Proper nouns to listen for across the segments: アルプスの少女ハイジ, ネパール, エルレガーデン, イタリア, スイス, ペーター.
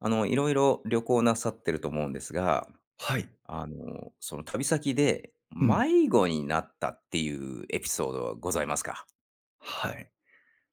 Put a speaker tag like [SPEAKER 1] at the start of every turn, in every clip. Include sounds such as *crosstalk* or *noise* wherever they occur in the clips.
[SPEAKER 1] いろいろ旅行なさってると思うんですが、
[SPEAKER 2] はい。
[SPEAKER 1] その旅先で
[SPEAKER 2] うん。
[SPEAKER 1] 迷子になったっていうエピソードはございますか？
[SPEAKER 2] はい。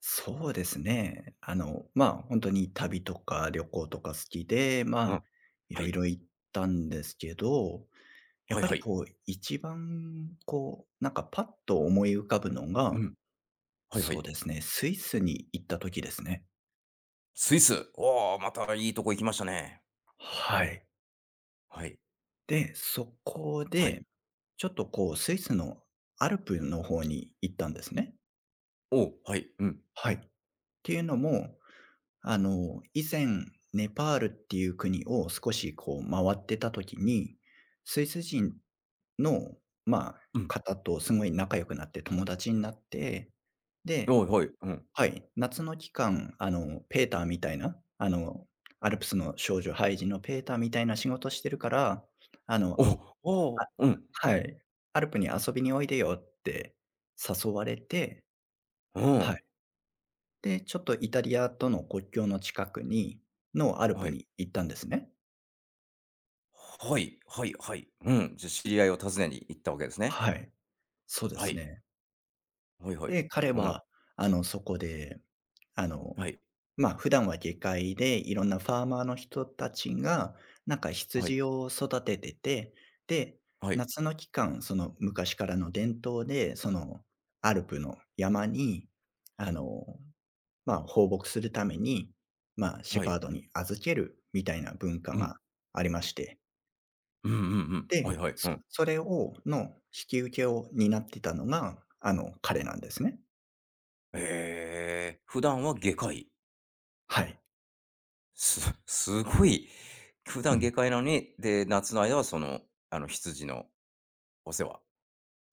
[SPEAKER 2] そうですね。まあ、本当に旅とか旅行とか好きで、
[SPEAKER 1] うん、
[SPEAKER 2] い
[SPEAKER 1] は
[SPEAKER 2] ろい
[SPEAKER 1] い。
[SPEAKER 2] ろ行ったんですけど、やっ
[SPEAKER 1] はい
[SPEAKER 2] ぱ
[SPEAKER 1] は
[SPEAKER 2] り
[SPEAKER 1] い。
[SPEAKER 2] こう、一番こう、なんかパッと思い浮かぶの
[SPEAKER 1] う
[SPEAKER 2] が、
[SPEAKER 1] ん、はいは
[SPEAKER 2] そう
[SPEAKER 1] い。
[SPEAKER 2] ですね、スイスに行った時ですね。
[SPEAKER 1] スイス。おお、またいいとこ行きましたね。
[SPEAKER 2] はい。
[SPEAKER 1] はい、
[SPEAKER 2] で、そこ
[SPEAKER 1] はい。
[SPEAKER 2] で、ちょっとこう、スイスのアルプの方に行ったんですね。
[SPEAKER 1] おお、はい、うん、
[SPEAKER 2] はい。っていうのも以前、ネパールっていう国を少しこう回ってた時に、スイス人の、まあ、
[SPEAKER 1] うん。
[SPEAKER 2] 方とすごい仲良くなって友達になって、で、
[SPEAKER 1] おい、はい、うん。
[SPEAKER 2] はい、夏の期間、ペーターみたいな、アルプスの少女ハイジのペーターみたいな仕事してるから、あ
[SPEAKER 1] お
[SPEAKER 2] の、あ
[SPEAKER 1] お、おーうん、
[SPEAKER 2] はい、アルプに遊びにおいでよって誘われて
[SPEAKER 1] う
[SPEAKER 2] はい。
[SPEAKER 1] ん。
[SPEAKER 2] で、ちょっとイタリアとの国境の近くにのアル
[SPEAKER 1] は
[SPEAKER 2] プ
[SPEAKER 1] い。
[SPEAKER 2] に行ったんですね。
[SPEAKER 1] はい、はい、はい。うん、じゃ、知り合いを訪ねに行ったわけですね。
[SPEAKER 2] はい。そうで
[SPEAKER 1] は
[SPEAKER 2] す
[SPEAKER 1] い。
[SPEAKER 2] ね。
[SPEAKER 1] はいはい。
[SPEAKER 2] で、彼
[SPEAKER 1] うん。
[SPEAKER 2] は、そこで、あの、
[SPEAKER 1] はい、
[SPEAKER 2] まあ、普段は下界で、いろんなファーマーの人たちが、なんか
[SPEAKER 1] はい、
[SPEAKER 2] 羊を育ててて、で、
[SPEAKER 1] はい、
[SPEAKER 2] 夏の期間、その昔からの伝統で、そのアルプの山に、あの、まあ、放牧するために、まあ、シ
[SPEAKER 1] は
[SPEAKER 2] ェパ
[SPEAKER 1] い。
[SPEAKER 2] ードに預けるみたいな文化
[SPEAKER 1] う
[SPEAKER 2] が
[SPEAKER 1] ん。
[SPEAKER 2] ありまして。
[SPEAKER 1] うんうんうん。はい
[SPEAKER 2] で、
[SPEAKER 1] はい。う
[SPEAKER 2] そ
[SPEAKER 1] ん。
[SPEAKER 2] それをの引き受けを担ってたのが、あの、彼なんですね。
[SPEAKER 1] 普段は外科医。
[SPEAKER 2] はい。
[SPEAKER 1] す *laughs* すごい、普
[SPEAKER 2] う
[SPEAKER 1] 段
[SPEAKER 2] ん。
[SPEAKER 1] 外科医なのに、で、夏の間はその、羊のお世話。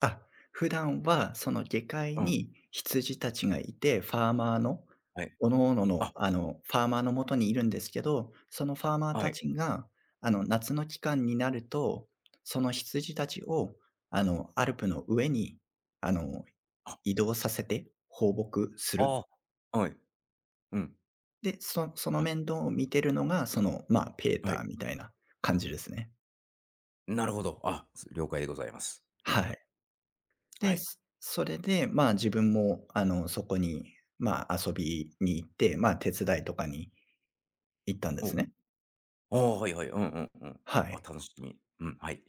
[SPEAKER 2] あ、普段はその下界
[SPEAKER 1] うん、
[SPEAKER 2] に羊たちがいて、ファーマーの
[SPEAKER 1] はい。
[SPEAKER 2] 各々の、
[SPEAKER 1] あ、
[SPEAKER 2] あの、ファーマーのもとにいるんですけど、そのファーマー
[SPEAKER 1] は
[SPEAKER 2] た
[SPEAKER 1] い。
[SPEAKER 2] ちが、夏の期間になると、その羊たちを、アルプの上に、あの、
[SPEAKER 1] あ、
[SPEAKER 2] 移動させて放牧する
[SPEAKER 1] ああはい。うん。
[SPEAKER 2] で、その
[SPEAKER 1] あ、
[SPEAKER 2] 面倒を見てるのが、その、まあ、ペー
[SPEAKER 1] は
[SPEAKER 2] ター
[SPEAKER 1] い。
[SPEAKER 2] みたいな感じですね。
[SPEAKER 1] なるほど。了解でございます。う
[SPEAKER 2] は
[SPEAKER 1] ん。
[SPEAKER 2] い。
[SPEAKER 1] は
[SPEAKER 2] で、
[SPEAKER 1] い。
[SPEAKER 2] それで、まあ、自分も、そこに、まあ、遊びに行って、まあ、手伝いとかに行ったんで
[SPEAKER 1] お
[SPEAKER 2] すね。
[SPEAKER 1] おあはいはい。うんうんうん。
[SPEAKER 2] は
[SPEAKER 1] あ、
[SPEAKER 2] い。
[SPEAKER 1] 楽しみ。うん、はい。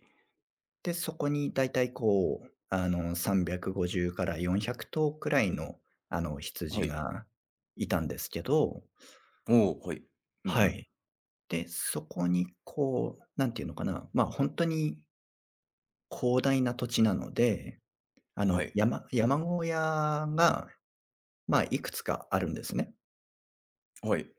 [SPEAKER 2] で、そこにだいたいこう、あの、350から400頭くらいの、あの、羊
[SPEAKER 1] はい。
[SPEAKER 2] がいたんですけど、
[SPEAKER 1] おお、はい。うんう
[SPEAKER 2] は
[SPEAKER 1] ん。
[SPEAKER 2] い。で、そこにこう、なんていうのかな、まあ、本当に広大な土地なので
[SPEAKER 1] はい。
[SPEAKER 2] 山小屋が、まあ、いくつかあるんですね。
[SPEAKER 1] はい。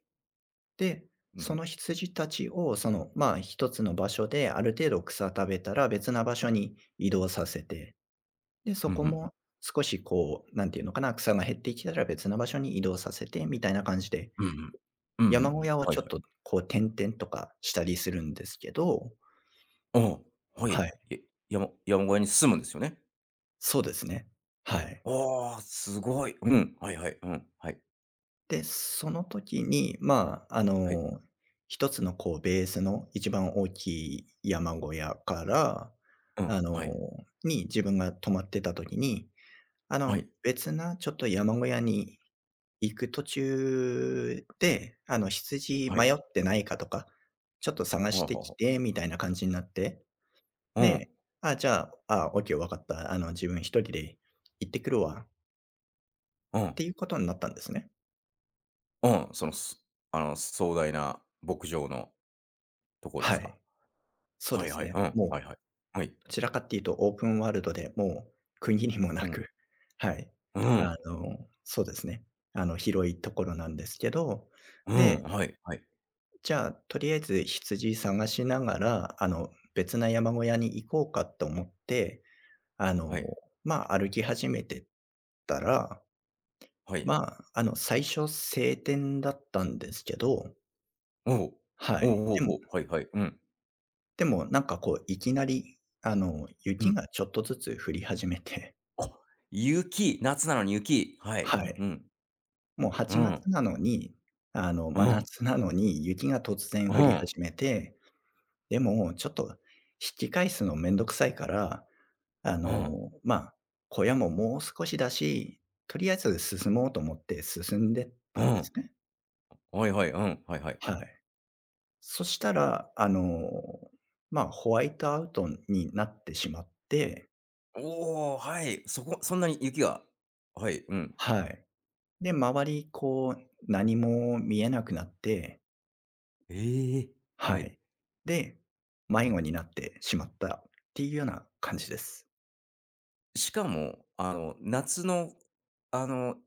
[SPEAKER 2] で、
[SPEAKER 1] うんう
[SPEAKER 2] そ
[SPEAKER 1] ん。
[SPEAKER 2] の羊たちを、その、まあ、一つの場所である程度草食べたら、別な場所に移動させて、で、
[SPEAKER 1] う
[SPEAKER 2] そ
[SPEAKER 1] んうん
[SPEAKER 2] こ
[SPEAKER 1] うん。
[SPEAKER 2] も少しこう、なんていうのかな、草が減ってきたら別な場所に移動させてみたいな感じで、
[SPEAKER 1] うんうん。うんうんう
[SPEAKER 2] 山小
[SPEAKER 1] ん。
[SPEAKER 2] 屋を
[SPEAKER 1] はい
[SPEAKER 2] ちょっ
[SPEAKER 1] はい。
[SPEAKER 2] とこう点々とかしたりするんですけど
[SPEAKER 1] うん、は
[SPEAKER 2] は
[SPEAKER 1] い。
[SPEAKER 2] い、
[SPEAKER 1] 山小屋に住むんですよね？
[SPEAKER 2] そうですね。はい。
[SPEAKER 1] ああ、すごい。うん、はいはい、うん、はい、
[SPEAKER 2] で、その時に、
[SPEAKER 1] はい、
[SPEAKER 2] 一つのこうベースの一番大きい山小屋から、
[SPEAKER 1] うん、
[SPEAKER 2] あの、
[SPEAKER 1] はい、
[SPEAKER 2] に自分が泊まってた時に、
[SPEAKER 1] はい、
[SPEAKER 2] 別なちょっと山小屋に行く途中で、羊
[SPEAKER 1] は
[SPEAKER 2] 迷
[SPEAKER 1] い。
[SPEAKER 2] ってないかとか、ちょっと探
[SPEAKER 1] は
[SPEAKER 2] し
[SPEAKER 1] あは
[SPEAKER 2] て
[SPEAKER 1] あ
[SPEAKER 2] き
[SPEAKER 1] はあ。
[SPEAKER 2] てみたいな感じになって、
[SPEAKER 1] うん、
[SPEAKER 2] で、あ、じゃあ、あ、オッケー分かった。あの、自分一人で行ってくるわっ
[SPEAKER 1] うん、
[SPEAKER 2] ていうことになったんですね。
[SPEAKER 1] うん、その、す壮大な牧場のとこで
[SPEAKER 2] は
[SPEAKER 1] すか？
[SPEAKER 2] い。そう
[SPEAKER 1] は
[SPEAKER 2] で
[SPEAKER 1] い
[SPEAKER 2] す
[SPEAKER 1] はい、
[SPEAKER 2] ね。
[SPEAKER 1] うん、はい
[SPEAKER 2] も
[SPEAKER 1] はい。
[SPEAKER 2] う
[SPEAKER 1] はい、
[SPEAKER 2] どちらかっていうとオープンワールドで、もう区切りも
[SPEAKER 1] う
[SPEAKER 2] な
[SPEAKER 1] ん、
[SPEAKER 2] く、*laughs* はい。
[SPEAKER 1] う
[SPEAKER 2] あ
[SPEAKER 1] ん、
[SPEAKER 2] の、そうですね。あの、広いところなんですけど、
[SPEAKER 1] うん、
[SPEAKER 2] で、
[SPEAKER 1] はい、はい、
[SPEAKER 2] じゃあ、とりあえず羊探しながら、別な山小屋に行こうかと思って、あ
[SPEAKER 1] は
[SPEAKER 2] の、
[SPEAKER 1] い、
[SPEAKER 2] まあ、歩き始めてったら、
[SPEAKER 1] はい。
[SPEAKER 2] 最初晴天だったんですけど、
[SPEAKER 1] おお、
[SPEAKER 2] は
[SPEAKER 1] おお、
[SPEAKER 2] い。
[SPEAKER 1] ほうほう、はいはいはいはいおおおおううはいはいうん、
[SPEAKER 2] でもなんかこういきなり、
[SPEAKER 1] う
[SPEAKER 2] 雪
[SPEAKER 1] ん。
[SPEAKER 2] がちょっとずつ降り始めて、
[SPEAKER 1] あ、雪、夏なのに雪、はい、
[SPEAKER 2] は
[SPEAKER 1] う
[SPEAKER 2] い。
[SPEAKER 1] ん、
[SPEAKER 2] もう
[SPEAKER 1] う
[SPEAKER 2] 8
[SPEAKER 1] ん、
[SPEAKER 2] 月なのに、
[SPEAKER 1] う
[SPEAKER 2] 真
[SPEAKER 1] ん、
[SPEAKER 2] 夏なのに雪が突
[SPEAKER 1] う
[SPEAKER 2] 然降り
[SPEAKER 1] ん、
[SPEAKER 2] 始めて、でもちょっと引き返すのめんどくさいから、あ
[SPEAKER 1] うん、
[SPEAKER 2] の、まあ、小屋ももう少しだし、とりあえず進もうと思って進んでっ
[SPEAKER 1] う
[SPEAKER 2] たんで
[SPEAKER 1] ん。
[SPEAKER 2] すね。
[SPEAKER 1] はいはい、うん、はいはい。
[SPEAKER 2] はい。そしたら、まあ、ホワイトアウトになってしまって、
[SPEAKER 1] おお、はい、そんなに雪がはい、うん。
[SPEAKER 2] はい。で、周りこう何も見えなくなって
[SPEAKER 1] ええ、
[SPEAKER 2] は
[SPEAKER 1] はい、
[SPEAKER 2] い。で、
[SPEAKER 1] う
[SPEAKER 2] 迷子
[SPEAKER 1] ん。
[SPEAKER 2] になってしまったっていうような感じです。
[SPEAKER 1] しかも、夏の、あの、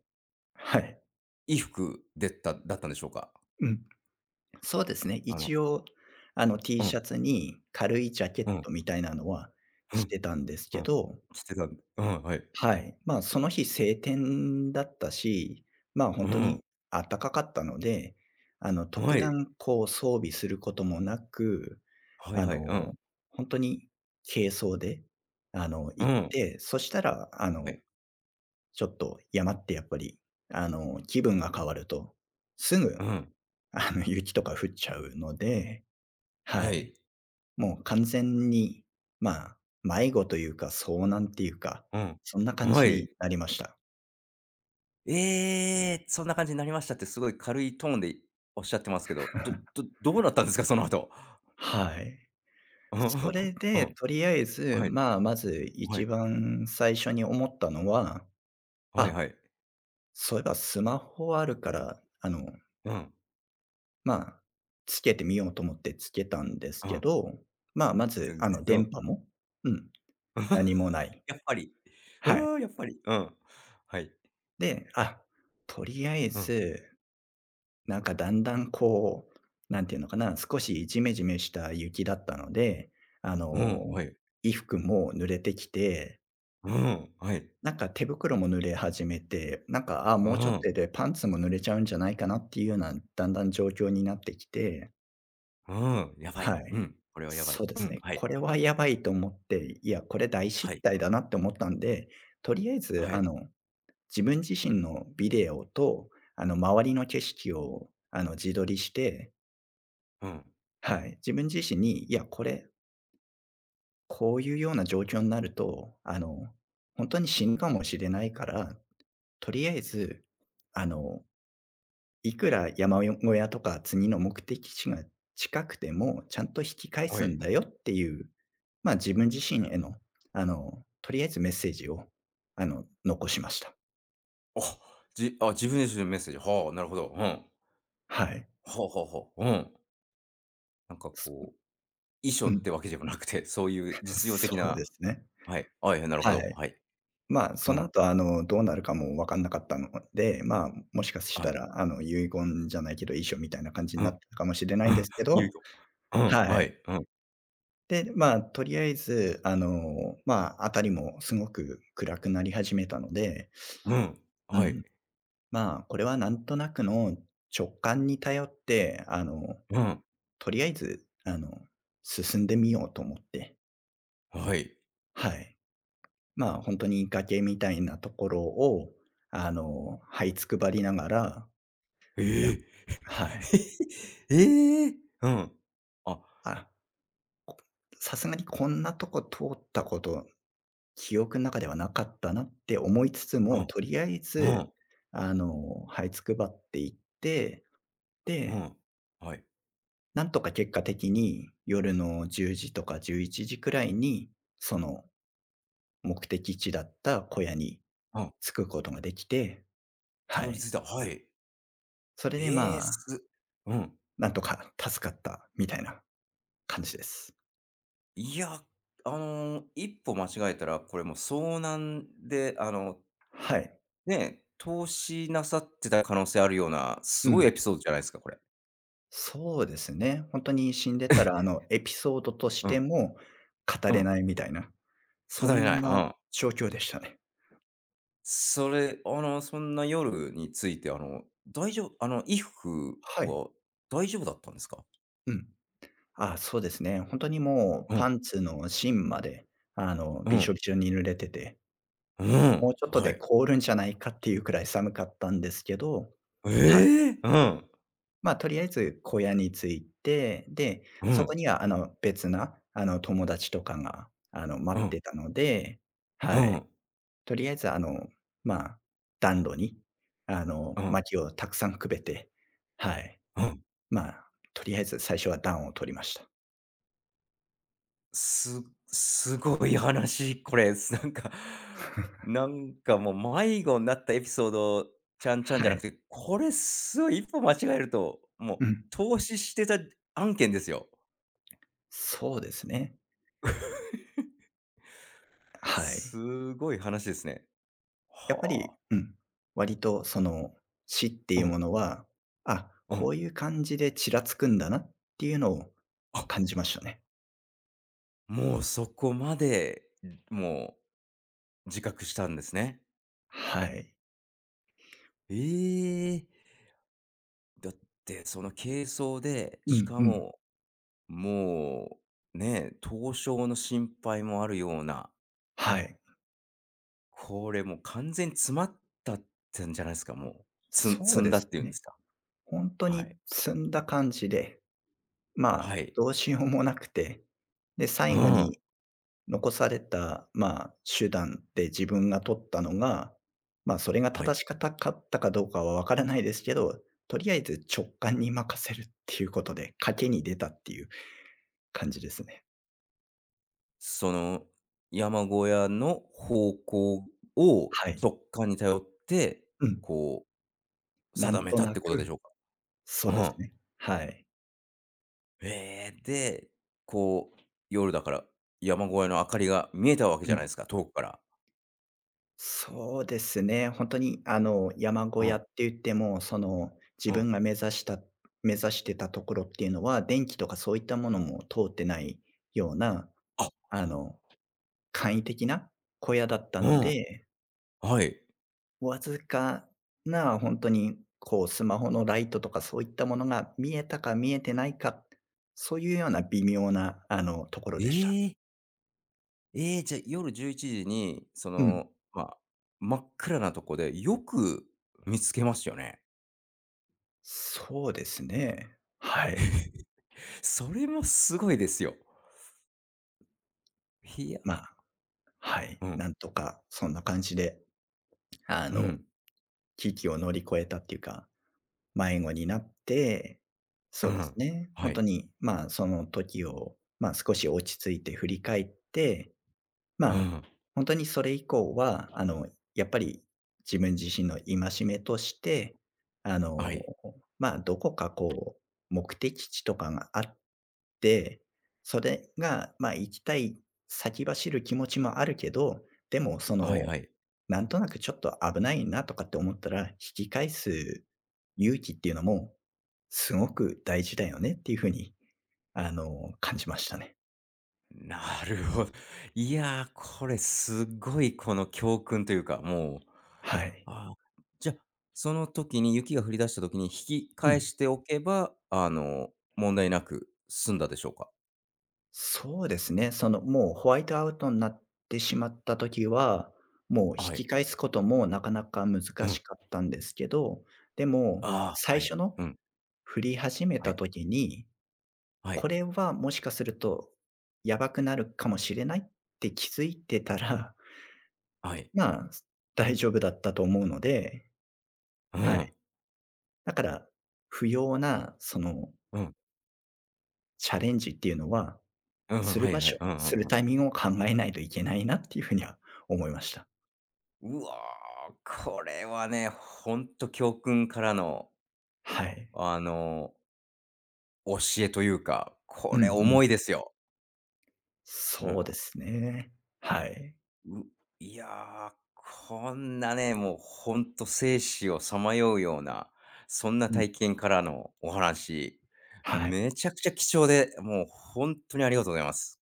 [SPEAKER 2] はい。
[SPEAKER 1] 衣服でっただったんでしょうか？
[SPEAKER 2] うん。そうですね。
[SPEAKER 1] あの
[SPEAKER 2] 一応、あの T
[SPEAKER 1] う
[SPEAKER 2] シャ
[SPEAKER 1] ん、
[SPEAKER 2] ツに軽いジャケッ
[SPEAKER 1] うん、
[SPEAKER 2] トみたいなのは
[SPEAKER 1] う
[SPEAKER 2] 着
[SPEAKER 1] ん、
[SPEAKER 2] てたんです
[SPEAKER 1] う
[SPEAKER 2] け
[SPEAKER 1] ん。
[SPEAKER 2] ど、
[SPEAKER 1] 着てたんうん、はい。
[SPEAKER 2] はい。まあ、その日晴天だったし、まあ、
[SPEAKER 1] う
[SPEAKER 2] 本当に
[SPEAKER 1] ん、
[SPEAKER 2] 暖かかったので、
[SPEAKER 1] は
[SPEAKER 2] 特
[SPEAKER 1] い。
[SPEAKER 2] 段こう装備することもなく、
[SPEAKER 1] はい
[SPEAKER 2] あ
[SPEAKER 1] はい、う
[SPEAKER 2] の、
[SPEAKER 1] ん、
[SPEAKER 2] 本当に軽装で、
[SPEAKER 1] う
[SPEAKER 2] 行っ
[SPEAKER 1] ん、
[SPEAKER 2] て、そしたら、
[SPEAKER 1] はい、
[SPEAKER 2] ちょっと山ってやっぱり、気分が変わると、すぐ、
[SPEAKER 1] うん、
[SPEAKER 2] *laughs* 雪とか降っちゃうので、は
[SPEAKER 1] は
[SPEAKER 2] い。
[SPEAKER 1] い、
[SPEAKER 2] もう完全に、まあ、迷子というか、遭難っていうか、
[SPEAKER 1] うん、
[SPEAKER 2] そんな感
[SPEAKER 1] は
[SPEAKER 2] じに
[SPEAKER 1] い。
[SPEAKER 2] なりました。
[SPEAKER 1] ええ、そんな感じになりましたって、すごい軽いトーンでおっしゃってますけど、
[SPEAKER 2] *laughs*
[SPEAKER 1] どうだったんですか？その後。
[SPEAKER 2] はい。
[SPEAKER 1] うん。
[SPEAKER 2] それ
[SPEAKER 1] *laughs* う
[SPEAKER 2] で、
[SPEAKER 1] ん
[SPEAKER 2] とりあえず、
[SPEAKER 1] はい。
[SPEAKER 2] まあ、まず
[SPEAKER 1] は
[SPEAKER 2] 一
[SPEAKER 1] い。
[SPEAKER 2] 番最初に思ったのは、
[SPEAKER 1] はい
[SPEAKER 2] あ、
[SPEAKER 1] はい。
[SPEAKER 2] そういえばスマホあるから、
[SPEAKER 1] うん。
[SPEAKER 2] まあ、つけてみようと思ってつけたんです
[SPEAKER 1] う
[SPEAKER 2] け
[SPEAKER 1] ん。
[SPEAKER 2] ど、まあ、まず、
[SPEAKER 1] 全すけど、
[SPEAKER 2] 電波もうん、何
[SPEAKER 1] *laughs*
[SPEAKER 2] もない。
[SPEAKER 1] やっぱり。う
[SPEAKER 2] はい。
[SPEAKER 1] ーん、やっぱり。うん。はい。
[SPEAKER 2] で、あ、とりあえ
[SPEAKER 1] うん。
[SPEAKER 2] ず、なんかだんだんこう、なんていうのかな、少しジメジメした雪だったので、あの、
[SPEAKER 1] うん、はい。
[SPEAKER 2] 衣服も濡れてきて、
[SPEAKER 1] うん、はい。
[SPEAKER 2] なんか手袋も濡れ始めて、なんか、あ、
[SPEAKER 1] う
[SPEAKER 2] もうちょっ
[SPEAKER 1] ん、
[SPEAKER 2] とでパンツも濡れちゃうんじゃないかなっていうような、だんだん状況になってきて
[SPEAKER 1] うん、やばい。
[SPEAKER 2] は
[SPEAKER 1] う
[SPEAKER 2] い。
[SPEAKER 1] ん、これはやばい。
[SPEAKER 2] そうで
[SPEAKER 1] う
[SPEAKER 2] す
[SPEAKER 1] ん、
[SPEAKER 2] ね。
[SPEAKER 1] はい。
[SPEAKER 2] これはやばいと思って、いや、これ大
[SPEAKER 1] は
[SPEAKER 2] 失
[SPEAKER 1] い。
[SPEAKER 2] 態だなって思ったんで、とりあえず、
[SPEAKER 1] はい。
[SPEAKER 2] 自分自身のビデオと、周りの景色を、自撮りして、
[SPEAKER 1] うん、
[SPEAKER 2] はい。自分自身に、いや、これ、こういうような状況になると、本当に死ぬかもしれないから、とりあえず、あのいくら山小屋とか次の目的地が近くても、ちゃんと引き返
[SPEAKER 1] は
[SPEAKER 2] すん
[SPEAKER 1] い。
[SPEAKER 2] だよっていう、まあ、自分自身への、とりあえずメッセージを、残しました。
[SPEAKER 1] あ、あ、自分で自分メッセージ、はあ、なるほど。うん。
[SPEAKER 2] はい。
[SPEAKER 1] はあはあはあ。うん。なんかこ
[SPEAKER 2] す
[SPEAKER 1] う、遺書
[SPEAKER 2] う
[SPEAKER 1] っ
[SPEAKER 2] ん。
[SPEAKER 1] てわけでもなくて、そういう
[SPEAKER 2] *laughs*
[SPEAKER 1] 実用
[SPEAKER 2] そ
[SPEAKER 1] 的
[SPEAKER 2] うで
[SPEAKER 1] な
[SPEAKER 2] すね。
[SPEAKER 1] はい。なるほ
[SPEAKER 2] は
[SPEAKER 1] ど。
[SPEAKER 2] い。
[SPEAKER 1] はい。
[SPEAKER 2] まあ、
[SPEAKER 1] う
[SPEAKER 2] その
[SPEAKER 1] ん。
[SPEAKER 2] 後、どうなるかも分かんなかったので、まあ、もしかし
[SPEAKER 1] は
[SPEAKER 2] た
[SPEAKER 1] い。
[SPEAKER 2] ら、遺言じゃないけど、遺書みたいな感じに
[SPEAKER 1] う
[SPEAKER 2] なっ
[SPEAKER 1] ん。
[SPEAKER 2] たかもしれないんですけ
[SPEAKER 1] *laughs* ゆい
[SPEAKER 2] ど、
[SPEAKER 1] と、うん、
[SPEAKER 2] は
[SPEAKER 1] は
[SPEAKER 2] い。
[SPEAKER 1] い、うん、
[SPEAKER 2] で、まあ、とりあえず、辺りもすごく暗くなり始めたので、
[SPEAKER 1] うん、
[SPEAKER 2] う
[SPEAKER 1] はい、
[SPEAKER 2] ん、まあ、これはなんとなくの直感に頼って、
[SPEAKER 1] うん、
[SPEAKER 2] とりあえず、進んでみようと思って、
[SPEAKER 1] はい。
[SPEAKER 2] はい。まあ、本当とに崖みたいなところを、這いつくばりながら、い
[SPEAKER 1] え
[SPEAKER 2] や
[SPEAKER 1] え
[SPEAKER 2] はい。
[SPEAKER 1] *laughs*。ええ！うん。あ、
[SPEAKER 2] あ、さすがにこんなとこ通ったこと記憶の中ではなかったなって思いつつ
[SPEAKER 1] う
[SPEAKER 2] も、
[SPEAKER 1] ん、
[SPEAKER 2] とりあえ
[SPEAKER 1] う
[SPEAKER 2] ず、
[SPEAKER 1] ん、
[SPEAKER 2] 這いつくばっていって、
[SPEAKER 1] う
[SPEAKER 2] で、
[SPEAKER 1] ん。はい。
[SPEAKER 2] なんとか結果的に夜の10時とか11時くらいに、その目的地だった小屋に
[SPEAKER 1] うん、
[SPEAKER 2] 着くことができて、
[SPEAKER 1] た
[SPEAKER 2] は
[SPEAKER 1] どり着
[SPEAKER 2] い。
[SPEAKER 1] いた。はい。
[SPEAKER 2] それで、
[SPEAKER 1] ええ、
[SPEAKER 2] まあ、
[SPEAKER 1] すうん。
[SPEAKER 2] なんとか助かったみたいな感じです。
[SPEAKER 1] いや、一歩間違えたら、これもう遭難で、
[SPEAKER 2] はい。
[SPEAKER 1] ね、投資なさってた可能性あるような、す
[SPEAKER 2] う
[SPEAKER 1] ごいエ
[SPEAKER 2] ん。
[SPEAKER 1] ピソードじゃないですか、これ。
[SPEAKER 2] そうですね。本当に死んでたら、エピソードとし
[SPEAKER 1] う
[SPEAKER 2] て
[SPEAKER 1] ん、
[SPEAKER 2] も語
[SPEAKER 1] う
[SPEAKER 2] れ
[SPEAKER 1] ん、
[SPEAKER 2] ないみたいなそ
[SPEAKER 1] 語れな
[SPEAKER 2] ん
[SPEAKER 1] い。う
[SPEAKER 2] な
[SPEAKER 1] ん。
[SPEAKER 2] 状況でしたね。
[SPEAKER 1] それ、そんな夜について、大丈夫衣服
[SPEAKER 2] はい。
[SPEAKER 1] は大丈夫だったんですか？
[SPEAKER 2] うん。あ、そうですね。本当にもう
[SPEAKER 1] うん、
[SPEAKER 2] パンツの芯まで、
[SPEAKER 1] う
[SPEAKER 2] びし
[SPEAKER 1] ん、
[SPEAKER 2] ょびしょに濡れてて、
[SPEAKER 1] うん、
[SPEAKER 2] もうちょっと
[SPEAKER 1] は
[SPEAKER 2] で
[SPEAKER 1] い。
[SPEAKER 2] 凍るんじゃないかっていうくらい寒かったんですけど、はい。
[SPEAKER 1] ええ！うん、
[SPEAKER 2] まあ、とりあえず小屋に着いて、で、
[SPEAKER 1] う
[SPEAKER 2] そ
[SPEAKER 1] ん、
[SPEAKER 2] こにはあの、別な、あの、友達とかが、あの、
[SPEAKER 1] う
[SPEAKER 2] 待っ
[SPEAKER 1] ん、
[SPEAKER 2] てたので、
[SPEAKER 1] う
[SPEAKER 2] はい。
[SPEAKER 1] ん、
[SPEAKER 2] とりあえずまあ、暖炉に、
[SPEAKER 1] うん、
[SPEAKER 2] 薪をたくさんくべて、はい。
[SPEAKER 1] うん。
[SPEAKER 2] まあ、とりあえず最初は暖を取りました。
[SPEAKER 1] すごい話、これ、*laughs* なんか、なんか、もう、迷子になったエピソード、ちゃんちゃんじ
[SPEAKER 2] は
[SPEAKER 1] ゃなく
[SPEAKER 2] い。
[SPEAKER 1] て、これ、すごい、一歩間違えると、
[SPEAKER 2] う
[SPEAKER 1] もう、
[SPEAKER 2] ん。
[SPEAKER 1] 投資してた案件ですよ。
[SPEAKER 2] そうですね。はい。
[SPEAKER 1] すごい話ですね。
[SPEAKER 2] やっぱ
[SPEAKER 1] は
[SPEAKER 2] り、
[SPEAKER 1] あ。
[SPEAKER 2] うん、割とその、死って
[SPEAKER 1] う
[SPEAKER 2] いうも
[SPEAKER 1] ん。
[SPEAKER 2] のは、あ、
[SPEAKER 1] う
[SPEAKER 2] こ
[SPEAKER 1] ん。
[SPEAKER 2] ういう感じでちらつくんだなっていうのを
[SPEAKER 1] あ、
[SPEAKER 2] 感じましたね。
[SPEAKER 1] もうそこまで、もう自覚したんですね。
[SPEAKER 2] はい。
[SPEAKER 1] ええ。だって、その軽装で、
[SPEAKER 2] う
[SPEAKER 1] し
[SPEAKER 2] ん
[SPEAKER 1] か
[SPEAKER 2] うん。
[SPEAKER 1] も、もう、ね、凍傷の心配もあるような、
[SPEAKER 2] はい。
[SPEAKER 1] これもう完全に詰まったってんじゃないですか、もう。
[SPEAKER 2] そ
[SPEAKER 1] 積
[SPEAKER 2] う
[SPEAKER 1] ん
[SPEAKER 2] で
[SPEAKER 1] だっ
[SPEAKER 2] す
[SPEAKER 1] ていうんです
[SPEAKER 2] ね。
[SPEAKER 1] か。
[SPEAKER 2] 本当
[SPEAKER 1] は
[SPEAKER 2] に
[SPEAKER 1] い。
[SPEAKER 2] 積んだ感じで、ま
[SPEAKER 1] は
[SPEAKER 2] あ、
[SPEAKER 1] い。
[SPEAKER 2] どうしようもなくて、で、
[SPEAKER 1] う
[SPEAKER 2] 最後に
[SPEAKER 1] ん。
[SPEAKER 2] 残された、まあ、手段で自分が取ったのが、まあ、それが
[SPEAKER 1] はい。
[SPEAKER 2] 正しかったかどうかはわからないですけど、とりあえず直感に任せるっていうことで、賭けに出たっていう感じですね。
[SPEAKER 1] その、山小屋の方向を
[SPEAKER 2] はい。
[SPEAKER 1] 直感に頼って、
[SPEAKER 2] うん。
[SPEAKER 1] こう
[SPEAKER 2] な
[SPEAKER 1] 定
[SPEAKER 2] ん
[SPEAKER 1] め
[SPEAKER 2] と
[SPEAKER 1] たっ
[SPEAKER 2] な
[SPEAKER 1] てことでし
[SPEAKER 2] く、
[SPEAKER 1] ょうか？
[SPEAKER 2] そう
[SPEAKER 1] う
[SPEAKER 2] です
[SPEAKER 1] ん。
[SPEAKER 2] ね。はい。
[SPEAKER 1] えーで、こう、夜だから、山小屋の明かりが見えたわけじ
[SPEAKER 2] う
[SPEAKER 1] ゃない
[SPEAKER 2] ん。
[SPEAKER 1] ですか、遠くから。
[SPEAKER 2] そうですね。本当に、山小
[SPEAKER 1] う
[SPEAKER 2] 屋っ
[SPEAKER 1] ん、
[SPEAKER 2] て言っても、その、自
[SPEAKER 1] うん。
[SPEAKER 2] 分が目指した目指してたところっていうのは、電気とかそういったものも通ってないような、
[SPEAKER 1] あ、
[SPEAKER 2] あの簡易的な小屋だった
[SPEAKER 1] う
[SPEAKER 2] の
[SPEAKER 1] ん、
[SPEAKER 2] で、
[SPEAKER 1] はい。
[SPEAKER 2] わずかな本当に、こう、スマホのライトとかそういったものが見えたか見えてないか、そういうような微妙な、ところ
[SPEAKER 1] え
[SPEAKER 2] でした。
[SPEAKER 1] え、えーじゃ、夜11時に、そ
[SPEAKER 2] うん。
[SPEAKER 1] の、まあ、真っ暗なとこでよく見つけますよね。
[SPEAKER 2] そうですね。はい。
[SPEAKER 1] *laughs* それもすごいですよ。いや
[SPEAKER 2] まあ、はい、
[SPEAKER 1] うん、
[SPEAKER 2] なんとかそんな感じで、あ
[SPEAKER 1] う
[SPEAKER 2] の、
[SPEAKER 1] ん、
[SPEAKER 2] 危機を乗り越えたっていうか、迷子になって、
[SPEAKER 1] う
[SPEAKER 2] そうです
[SPEAKER 1] ん。
[SPEAKER 2] ね、
[SPEAKER 1] は
[SPEAKER 2] 本当
[SPEAKER 1] い。
[SPEAKER 2] に、まあ、その時を、まあ、少し落ち着いて振り返ってま
[SPEAKER 1] う
[SPEAKER 2] あ、
[SPEAKER 1] ん。
[SPEAKER 2] 本当にそれ以降は、やっぱり自分自身の戒めとして、あの、
[SPEAKER 1] はい。
[SPEAKER 2] まあ、どこかこう、目的地とかがあって、それが、まあ、行きたい先走る気持ちもあるけど、でもそ
[SPEAKER 1] はい
[SPEAKER 2] の、
[SPEAKER 1] はい。
[SPEAKER 2] なんとなくちょっと危ないなとかって思ったら、引き返す勇気っていうのも、すごく大事だよねっていう風に、感じましたね。
[SPEAKER 1] なるほど。いやー、これすごいこの教訓というか、もう、
[SPEAKER 2] はい。
[SPEAKER 1] あーじゃあ、その時に雪が降り出した時に引き
[SPEAKER 2] う
[SPEAKER 1] 返
[SPEAKER 2] ん。
[SPEAKER 1] しておけば、問題なく済んだでしょうか？
[SPEAKER 2] そうですね。その、もうホワイトアウトになってしまった時は、もう引
[SPEAKER 1] は
[SPEAKER 2] き
[SPEAKER 1] い。
[SPEAKER 2] 返すこともなかなか難
[SPEAKER 1] うん。
[SPEAKER 2] しかったんですけど、でも、
[SPEAKER 1] ああ、は
[SPEAKER 2] 最
[SPEAKER 1] い。
[SPEAKER 2] 初の
[SPEAKER 1] うん。
[SPEAKER 2] 振り始め
[SPEAKER 1] は
[SPEAKER 2] た
[SPEAKER 1] い。
[SPEAKER 2] 時に、
[SPEAKER 1] は
[SPEAKER 2] こ
[SPEAKER 1] い。
[SPEAKER 2] れはもしかするとやばくなるかもしれないって気づいてたら、
[SPEAKER 1] はい。
[SPEAKER 2] *laughs* まあ、大丈夫だったと思うので、
[SPEAKER 1] う
[SPEAKER 2] はい。
[SPEAKER 1] ん。
[SPEAKER 2] だから、不要なその
[SPEAKER 1] うん。
[SPEAKER 2] チャレンジっていうのは、
[SPEAKER 1] うん、
[SPEAKER 2] す
[SPEAKER 1] は
[SPEAKER 2] る
[SPEAKER 1] い
[SPEAKER 2] 場
[SPEAKER 1] はい。
[SPEAKER 2] 所、
[SPEAKER 1] うんう
[SPEAKER 2] す
[SPEAKER 1] ん
[SPEAKER 2] る
[SPEAKER 1] うん。
[SPEAKER 2] タイミングを考えないといけないなっていうふうには思いました。
[SPEAKER 1] うわー、これはね、ほんと教訓からの、
[SPEAKER 2] はい。
[SPEAKER 1] あの、教というか、こ
[SPEAKER 2] うん
[SPEAKER 1] れ
[SPEAKER 2] うん。
[SPEAKER 1] 重いですよ。う
[SPEAKER 2] そうで
[SPEAKER 1] ん。
[SPEAKER 2] すね。はい。
[SPEAKER 1] ういやー、こんなね、もうほんと生死をさまようような、そんな
[SPEAKER 2] うん。
[SPEAKER 1] 体験からのお話、
[SPEAKER 2] はい。
[SPEAKER 1] めちゃくちゃ貴重で、もう本当にありがとうございます。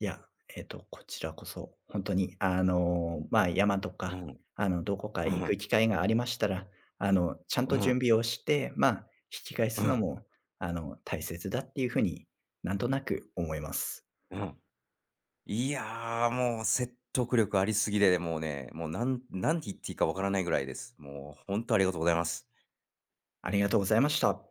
[SPEAKER 2] いや、えっと、こちらこそ、本当に、まあ、山と
[SPEAKER 1] う
[SPEAKER 2] か、
[SPEAKER 1] ん、
[SPEAKER 2] どこか
[SPEAKER 1] う
[SPEAKER 2] 行く
[SPEAKER 1] ん、
[SPEAKER 2] 機会がありましたら、ちゃん
[SPEAKER 1] う
[SPEAKER 2] と準
[SPEAKER 1] ん、
[SPEAKER 2] 備をして、まあ、引き返
[SPEAKER 1] う
[SPEAKER 2] すの
[SPEAKER 1] ん、
[SPEAKER 2] も、大切だっていうふうに、なんとなく思います。
[SPEAKER 1] うん。いやー、もう説得力ありすぎで、もうね、もうなんなんて言っていいかわからないぐらいです。もう本当ありがとうございます。
[SPEAKER 2] ありがとうございました。